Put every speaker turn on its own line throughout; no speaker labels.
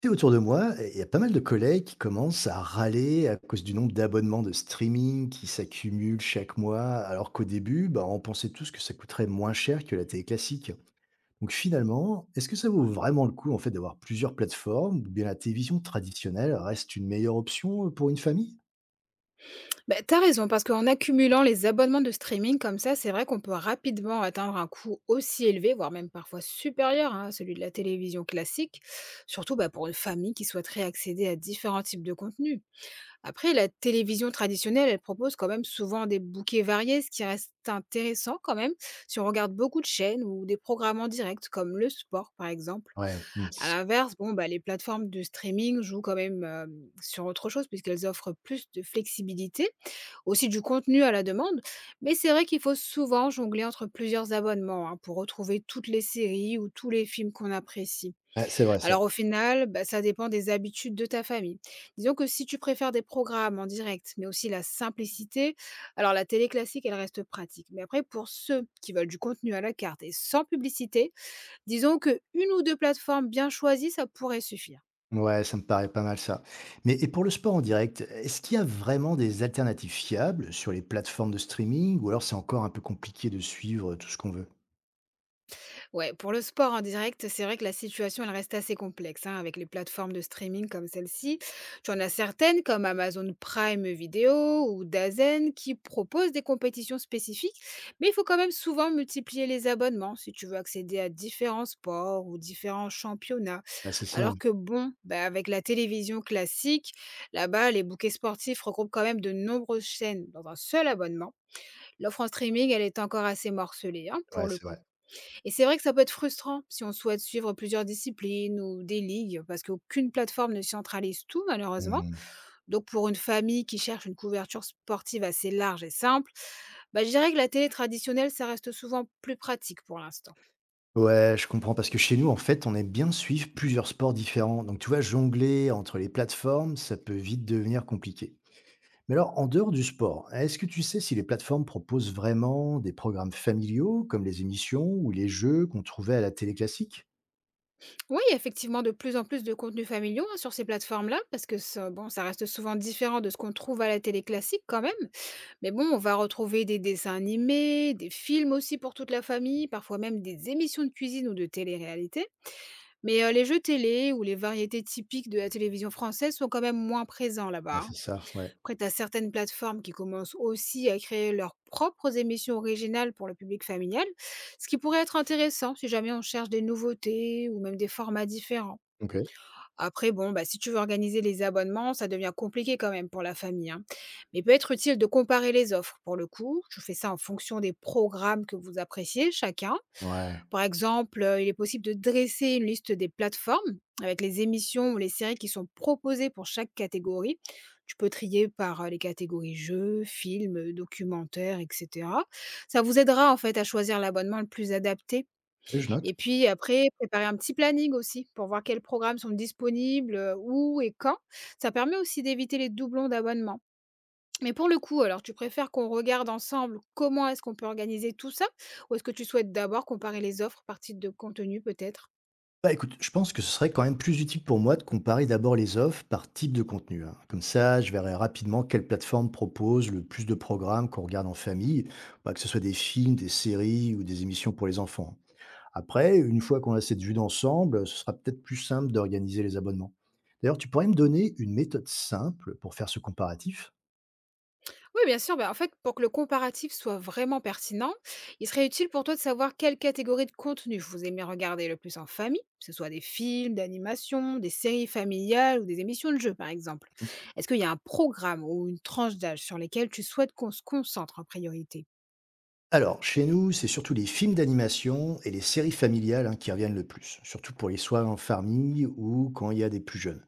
Tu sais, autour de moi, il y a pas mal de collègues qui commencent à râler à cause du nombre d'abonnements de streaming qui s'accumulent chaque mois, alors qu'au début, bah, on pensait tous que ça coûterait moins cher que la télé classique. Donc finalement, est-ce que ça vaut vraiment le coup en fait d'avoir plusieurs plateformes ou bien la télévision traditionnelle reste une meilleure option pour une famille?
Tu raison, parce qu'en accumulant les abonnements de streaming comme ça, c'est vrai qu'on peut rapidement atteindre un coût aussi élevé, voire même parfois supérieur, hein, à celui de la télévision classique, surtout pour une famille qui souhaiterait accéder à différents types de contenus. Après, la télévision traditionnelle, elle propose quand même souvent des bouquets variés, ce qui reste intéressant quand même si on regarde beaucoup de chaînes ou des programmes en direct, comme le sport par exemple.
Ouais, hmm,
À
c'est
l'inverse, les plateformes de streaming jouent quand même sur autre chose puisqu'elles offrent plus de flexibilité, aussi du contenu à la demande, mais c'est vrai qu'il faut souvent jongler entre plusieurs abonnements, hein, pour retrouver toutes les séries ou tous les films qu'on apprécie.
ouais, c'est vrai ça.
Alors au final, ça dépend des habitudes de ta famille. Disons que si tu préfères des programmes en direct, mais aussi la simplicité, alors la télé classique, elle reste pratique. Mais après, pour ceux qui veulent du contenu à la carte et sans publicité, disons que une ou deux plateformes bien choisies, ça pourrait suffire.
Ouais, ça me paraît pas mal ça. Mais et pour le sport en direct, est-ce qu'il y a vraiment des alternatives fiables sur les plateformes de streaming ou alors c'est encore un peu compliqué de suivre tout ce qu'on veut?
Ouais, pour le sport en direct, c'est vrai que la situation, elle reste assez complexe, hein, avec les plateformes de streaming comme celle-ci. Tu en as certaines comme Amazon Prime Video ou Dazen qui proposent des compétitions spécifiques, mais il faut quand même souvent multiplier les abonnements si tu veux accéder à différents sports ou différents championnats.
Bah, c'est ça, ouais.
Alors que avec la télévision classique, là-bas, les bouquets sportifs regroupent quand même de nombreuses chaînes dans un seul abonnement. L'offre en streaming, elle est encore assez morcelée, hein,
Ouais,
pour le
c'est
coup.
vrai.
Et c'est vrai que ça peut être frustrant si on souhaite suivre plusieurs disciplines ou des ligues, parce qu'aucune plateforme ne centralise tout, malheureusement.
Mmh.
Donc, pour une famille qui cherche une couverture sportive assez large et simple, je dirais que la télé traditionnelle, ça reste souvent plus pratique pour l'instant.
Ouais, je comprends parce que chez nous, en fait, on aime bien suivre plusieurs sports différents. Donc, tu vois, jongler entre les plateformes, ça peut vite devenir compliqué. Mais alors, en dehors du sport, est-ce que tu sais si les plateformes proposent vraiment des programmes familiaux comme les émissions ou les jeux qu'on trouvait à la télé classique?
Oui, effectivement, de plus en plus de contenus familiaux, hein, sur ces plateformes-là, parce que ça, bon, ça reste souvent différent de ce qu'on trouve à la télé classique quand même. Mais bon, on va retrouver des dessins animés, des films aussi pour toute la famille, parfois même des émissions de cuisine ou de télé-réalité. Mais les jeux télé ou les variétés typiques de la télévision française sont quand même moins présents
Ah,
là-bas,
c'est
hein.
ça, ouais.
Après tu as certaines plateformes qui commencent aussi à créer leurs propres émissions originales pour le public familial, ce qui pourrait être intéressant si jamais on cherche des nouveautés ou même des formats différents.
OK.
Après si tu veux organiser les abonnements, ça devient compliqué quand même pour la famille, hein. Mais il peut être utile de comparer les offres pour le coup. Tu fais ça en fonction des programmes que vous appréciez chacun.
Ouais.
Par exemple, il est possible de dresser une liste des plateformes avec les émissions ou les séries qui sont proposées pour chaque catégorie. Tu peux trier par, les catégories jeux, films, documentaires et cetera. Ça vous aidera, en fait, à choisir l'abonnement le plus adapté,
Et je note.
et puis après, préparer un petit planning aussi pour voir quels programmes sont disponibles, où et quand. Ça permet aussi d'éviter les doublons d'abonnement. Mais pour le coup, alors tu préfères qu'on regarde ensemble comment est-ce qu'on peut organiser tout ça? Ou est-ce que tu souhaites d'abord comparer les offres par type de contenu peut-être?
Bah écoute, je pense que ce serait quand même plus utile pour moi de comparer d'abord les offres par type de contenu, hein. Comme ça, je verrai rapidement quelle plateforme propose le plus de programmes qu'on regarde en famille, bah, que ce soit des films, des séries ou des émissions pour les enfants. Après, une fois qu'on a cette vue d'ensemble, ce sera peut-être plus simple d'organiser les abonnements. D'ailleurs, tu pourrais me donner une méthode simple pour faire ce comparatif?
Oui, bien sûr. En fait, pour que le comparatif soit vraiment pertinent, il serait utile pour toi de savoir quelle catégorie de contenu vous aimez regarder le plus en famille, que ce soit des films, d'animation, des séries familiales ou des émissions de jeux, par exemple. Est-ce qu'il y a un programme ou une tranche d'âge sur lesquelles tu souhaites qu'on se concentre en priorité?
Alors, chez nous, c'est surtout les films d'animation et les séries familiales, hein, qui reviennent le plus, surtout pour les soirs en famille ou quand il y a des plus jeunes.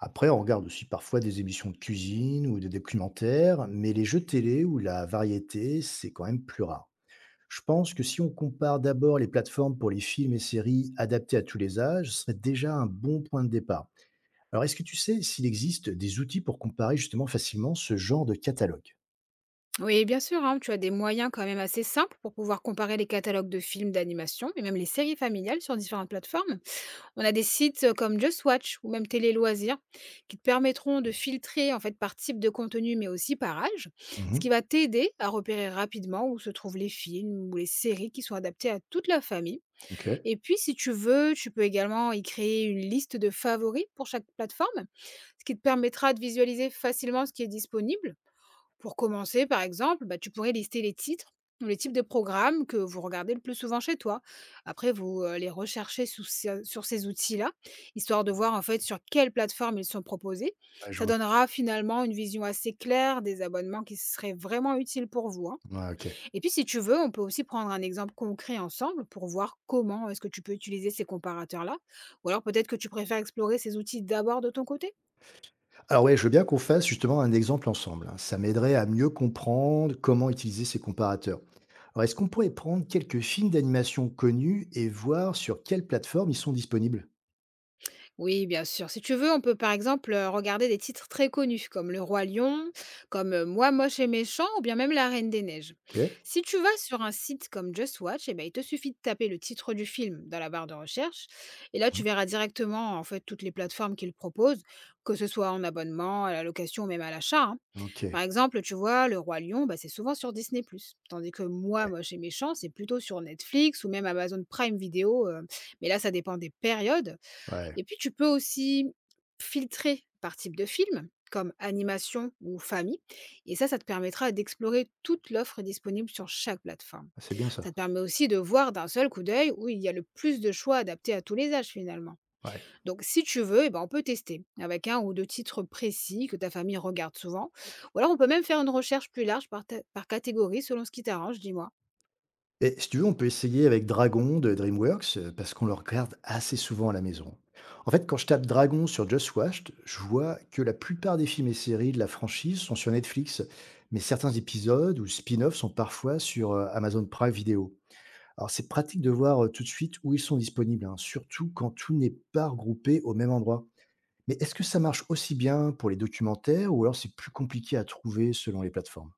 Après, on regarde aussi parfois des émissions de cuisine ou des documentaires, mais les jeux télé ou la variété, c'est quand même plus rare. Je pense que si on compare d'abord les plateformes pour les films et séries adaptées à tous les âges, ce serait déjà un bon point de départ. Alors, est-ce que tu sais s'il existe des outils pour comparer justement facilement ce genre de catalogue?
Oui, bien sûr, hein, tu as des moyens quand même assez simples pour pouvoir comparer les catalogues de films d'animation et même les séries familiales sur différentes plateformes. On a des sites comme Just Watch ou même Télé Loisirs qui te permettront de filtrer en fait par type de contenu mais aussi par âge, ce qui
Mhm.
va t'aider à repérer rapidement où se trouvent les films ou les séries qui sont adaptés à toute la famille.
Ok. Ouais,
Et puis si tu veux, tu peux également y créer une liste de favoris pour chaque plateforme, ce qui te permettra de visualiser facilement ce qui est disponible. Pour commencer, par exemple, tu pourrais lister les titres ou les types de programmes que vous regardez le plus souvent chez toi. Après, vous les recherchez sur ces outils-là, histoire de voir en fait sur quelle plateforme ils sont proposés.
je
Ça
vois.
donnera finalement une vision assez claire des abonnements qui seraient vraiment utiles pour vous, hein.
Ouais, ok.
Et puis si tu veux, on peut aussi prendre un exemple concret ensemble pour voir comment est-ce que tu peux utiliser ces comparateurs-là. Ou alors peut-être que tu préfères explorer ces outils d'abord de ton côté.
Alors ouais, je veux bien qu'on fasse justement un exemple ensemble, hein. Ça m'aiderait à mieux comprendre comment utiliser ces comparateurs. Alors, est-ce qu'on pourrait prendre quelques films d'animation connus et voir sur quelle plateforme ils sont disponibles?
Oui, bien sûr. Si tu veux, on peut par exemple regarder des titres très connus comme Le Roi Lion, comme Moi moche et méchant ou bien même La Reine des Neiges.
OK.
Si tu vas sur un site comme Just Watch, eh ben, il te suffit de taper le titre du film dans la barre de recherche et là
Mmh.
tu verras directement en fait toutes les plateformes qu'il propose, que ce soit en abonnement, à la location ou même à l'achat, hein.
OK.
Par exemple, tu vois, Le Roi Lion, c'est souvent sur Disney+, tandis que Moi
Ouais,
moche et méchant, c'est plutôt sur Netflix ou même Amazon Prime Video, mais là ça dépend des périodes.
ouais.
Et puis, tu peux aussi filtrer par type de film, comme animation ou famille. Et ça te permettra d'explorer toute l'offre disponible sur chaque plateforme.
C'est bien ça.
Ça te permet aussi de voir d'un seul coup d'œil où il y a le plus de choix adaptés à tous les âges finalement.
Ouais.
Donc, si tu veux, eh ben, on peut tester avec un ou deux titres précis que ta famille regarde souvent. Ou alors, on peut même faire une recherche plus large par, par catégorie selon ce qui t'arrange, dis-moi.
Et si tu veux, on peut essayer avec Dragon de DreamWorks, parce qu'on le regarde assez souvent à la maison. En fait, quand je tape Dragon sur Just Watched, je vois que la plupart des films et séries de la franchise sont sur Netflix, mais certains épisodes ou spin-offs sont parfois sur, Amazon Prime Video. Alors c'est pratique de voir, tout de suite où ils sont disponibles, hein, surtout quand tout n'est pas regroupé au même endroit. Mais est-ce que ça marche aussi bien pour les documentaires ou alors c'est plus compliqué à trouver selon les plateformes?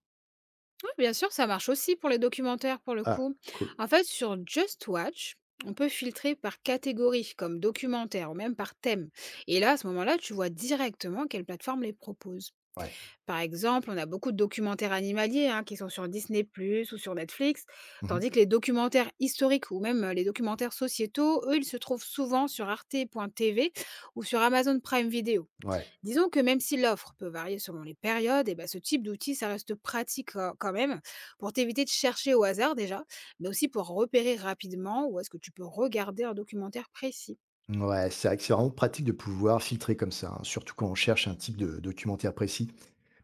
Oui, bien sûr, ça marche aussi pour les documentaires, pour le
Ah,
coup.
cool.
En fait, sur Just Watch, on peut filtrer par catégorie, comme documentaire ou même par thème. Et là, à ce moment-là, tu vois directement quelle plateforme les propose.
Ouais.
Par exemple, on a beaucoup de documentaires animaliers, hein, qui sont sur Disney Plus ou sur Netflix,
Mmh.
tandis que les documentaires historiques ou même les documentaires sociétaux, eux, ils se trouvent souvent sur arte.tv ou sur Amazon Prime Video.
Ouais.
Disons que même si l'offre peut varier selon les périodes, et ben, ce type d'outil, ça reste pratique quand même pour t'éviter de chercher au hasard déjà, mais aussi pour repérer rapidement où est-ce que tu peux regarder un documentaire précis.
Ouais, c'est vrai que c'est vraiment pratique de pouvoir filtrer comme ça, hein, surtout quand on cherche un type de documentaire précis.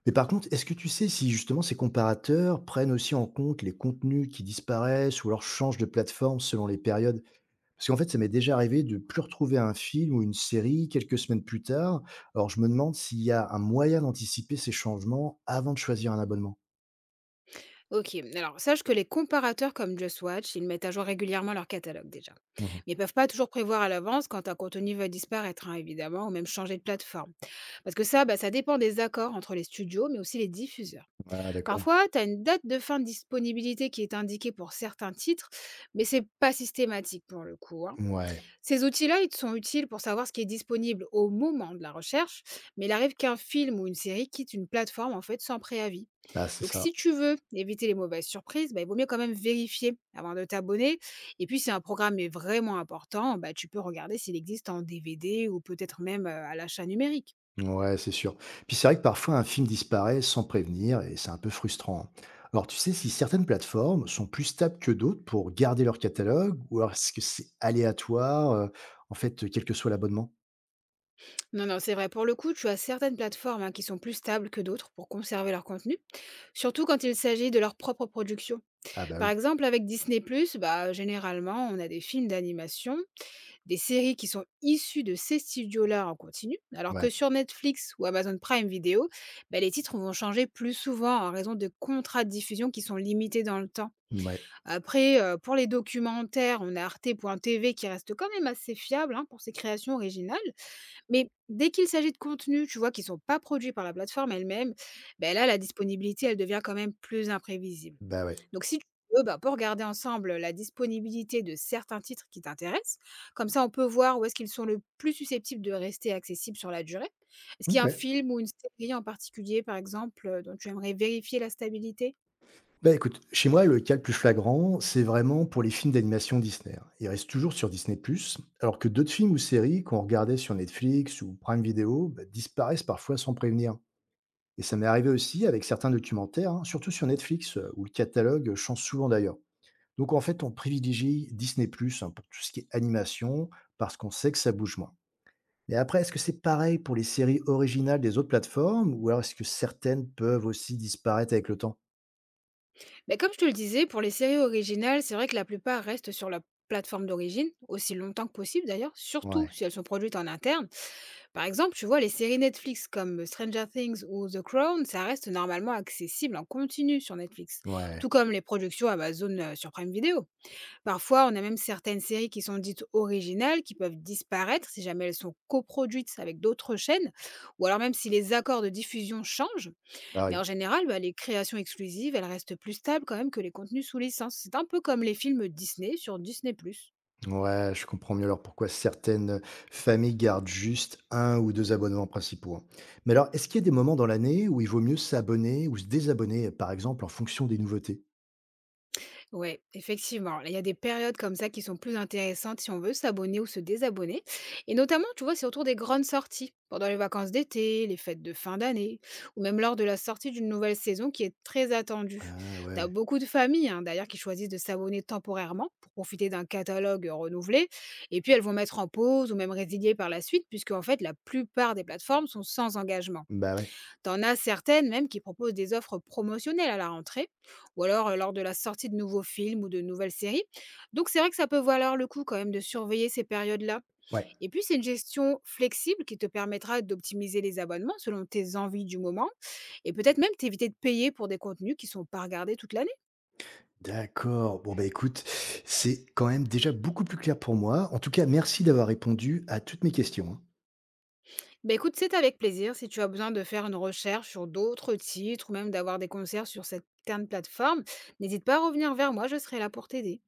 Mais par contre, est-ce que tu sais si justement ces comparateurs prennent aussi en compte les contenus qui disparaissent ou alors changent de plateforme selon les périodes? Parce qu'en fait, ça m'est déjà arrivé de plus retrouver un film ou une série quelques semaines plus tard. Alors je me demande s'il y a un moyen d'anticiper ces changements avant de choisir un abonnement.
Ok, alors sache que les comparateurs comme Just Watch, ils mettent à jour régulièrement leur catalogue déjà. Mais ils peuvent pas toujours prévoir à l'avance quand un contenu va disparaître, hein, évidemment, ou même changer de plateforme. Parce que ça, ça dépend des accords entre les studios, mais aussi les diffuseurs.
Ah d'accord.
Parfois, tu as une date de fin de disponibilité qui est indiquée pour certains titres, mais c'est pas systématique pour le coup, hein.
Ouais,
Ces outils-là, ils te sont utiles pour savoir ce qui est disponible au moment de la recherche, mais il arrive qu'un film ou une série quitte une plateforme en fait sans préavis.
bah, c'est
Donc
ça.
si tu veux éviter les mauvaises surprises, il vaut mieux quand même vérifier avant de t'abonner. Et puis si un programme est vraiment important, tu peux regarder s'il existe en DVD ou peut-être même à l'achat numérique.
Ouais, c'est sûr. Puis c'est vrai que parfois un film disparaît sans prévenir et c'est un peu frustrant. Alors tu sais si certaines plateformes sont plus stables que d'autres pour garder leur catalogue ou alors est-ce que c'est aléatoire, en fait, quel que soit l'abonnement?
Non, non, c'est vrai. Pour le coup, tu as certaines plateformes, hein, qui sont plus stables que d'autres pour conserver leur contenu. Surtout quand il s'agit de leur propre production.
Ah bah
Par
oui,
exemple, avec Disney+, généralement, on a des films d'animation, des séries qui sont issues de ces studios-là en continu, alors
ouais,
que sur Netflix ou Amazon Prime Video, les titres vont changer plus souvent en raison de contrats de diffusion qui sont limités dans le temps.
ouais,
Après, pour les documentaires, on a arte.tv qui reste quand même assez fiable, hein, pour ses créations originales, mais dès qu'il s'agit de contenus, tu vois, qui sont pas produits par la plateforme elle-même, ben là, la disponibilité, elle devient quand même plus imprévisible.
bah ouais.
Donc, si tu veux, on peut regarder ensemble la disponibilité de certains titres qui t'intéressent. Comme ça, on peut voir où est-ce qu'ils sont le plus susceptibles de rester accessibles sur la durée. Est-ce qu'il y a un
Ok.
film ou une série en particulier, par exemple, dont tu aimerais vérifier la stabilité?
Bah écoute, chez moi, le cas le plus flagrant, c'est vraiment pour les films d'animation Disney, hein. Ils restent toujours sur Disney+, alors que d'autres films ou séries qu'on regardait sur Netflix ou Prime Video bah, disparaissent parfois sans prévenir. Et ça m'est arrivé aussi avec certains documentaires, hein, surtout sur Netflix, où le catalogue change souvent d'ailleurs. Donc en fait, on privilégie Disney+, hein, pour tout ce qui est animation, parce qu'on sait que ça bouge moins. Mais après, est-ce que c'est pareil pour les séries originales des autres plateformes, ou alors est-ce que certaines peuvent aussi disparaître avec le temps?
Bah, comme je te le disais, pour les séries originales, c'est vrai que la plupart restent sur la plateforme d'origine, aussi longtemps que possible d'ailleurs, surtout
Ouais,
si elles sont produites en interne. Par exemple, tu vois, les séries Netflix comme Stranger Things ou The Crown, ça reste normalement accessible en continu sur Netflix,
ouais,
tout comme les productions Amazon sur Prime Video. Parfois, on a même certaines séries qui sont dites originales, qui peuvent disparaître si jamais elles sont coproduites avec d'autres chaînes, ou alors même si les accords de diffusion changent. Mais
pareil.
en général, les créations exclusives, elles restent plus stables quand même que les contenus sous licence. C'est un peu comme les films Disney sur Disney⁇
Ouais, je comprends mieux alors pourquoi certaines familles gardent juste un ou deux abonnements principaux, hein. Mais alors, est-ce qu'il y a des moments dans l'année où il vaut mieux s'abonner ou se désabonner, par exemple, en fonction des nouveautés?
Ouais, effectivement. Là, il y a des périodes comme ça qui sont plus intéressantes si on veut s'abonner ou se désabonner. Et notamment, tu vois, c'est autour des grandes sorties, pendant les vacances d'été, les fêtes de fin d'année, ou même lors de la sortie d'une nouvelle saison qui est très attendue.
Ah
T'as
ouais,
beaucoup de familles, hein, d'ailleurs, qui choisissent de s'abonner temporairement pour profiter d'un catalogue renouvelé. Et puis, elles vont mettre en pause ou même résilier par la suite, puisque en fait, la plupart des plateformes sont sans engagement.
bah ouais,
T'en as certaines même qui proposent des offres promotionnelles à la rentrée ou alors lors de la sortie de nouveaux films ou de nouvelles séries. Donc c'est vrai que ça peut valoir le coup quand même de surveiller ces périodes-là.
ouais.
Et puis c'est une gestion flexible qui te permettra d'optimiser les abonnements selon tes envies du moment et peut-être même t'éviter de payer pour des contenus qui sont pas regardés toute l'année.
D'accord. Bon, bah écoute, c'est quand même déjà beaucoup plus clair pour moi. En tout cas, merci d'avoir répondu à toutes mes questions, hein.
Bah écoute, c'est avec plaisir. Si tu as besoin de faire une recherche sur d'autres titres ou même d'avoir des concerts sur cette plateforme, n'hésite pas à revenir vers moi, je serai là pour t'aider.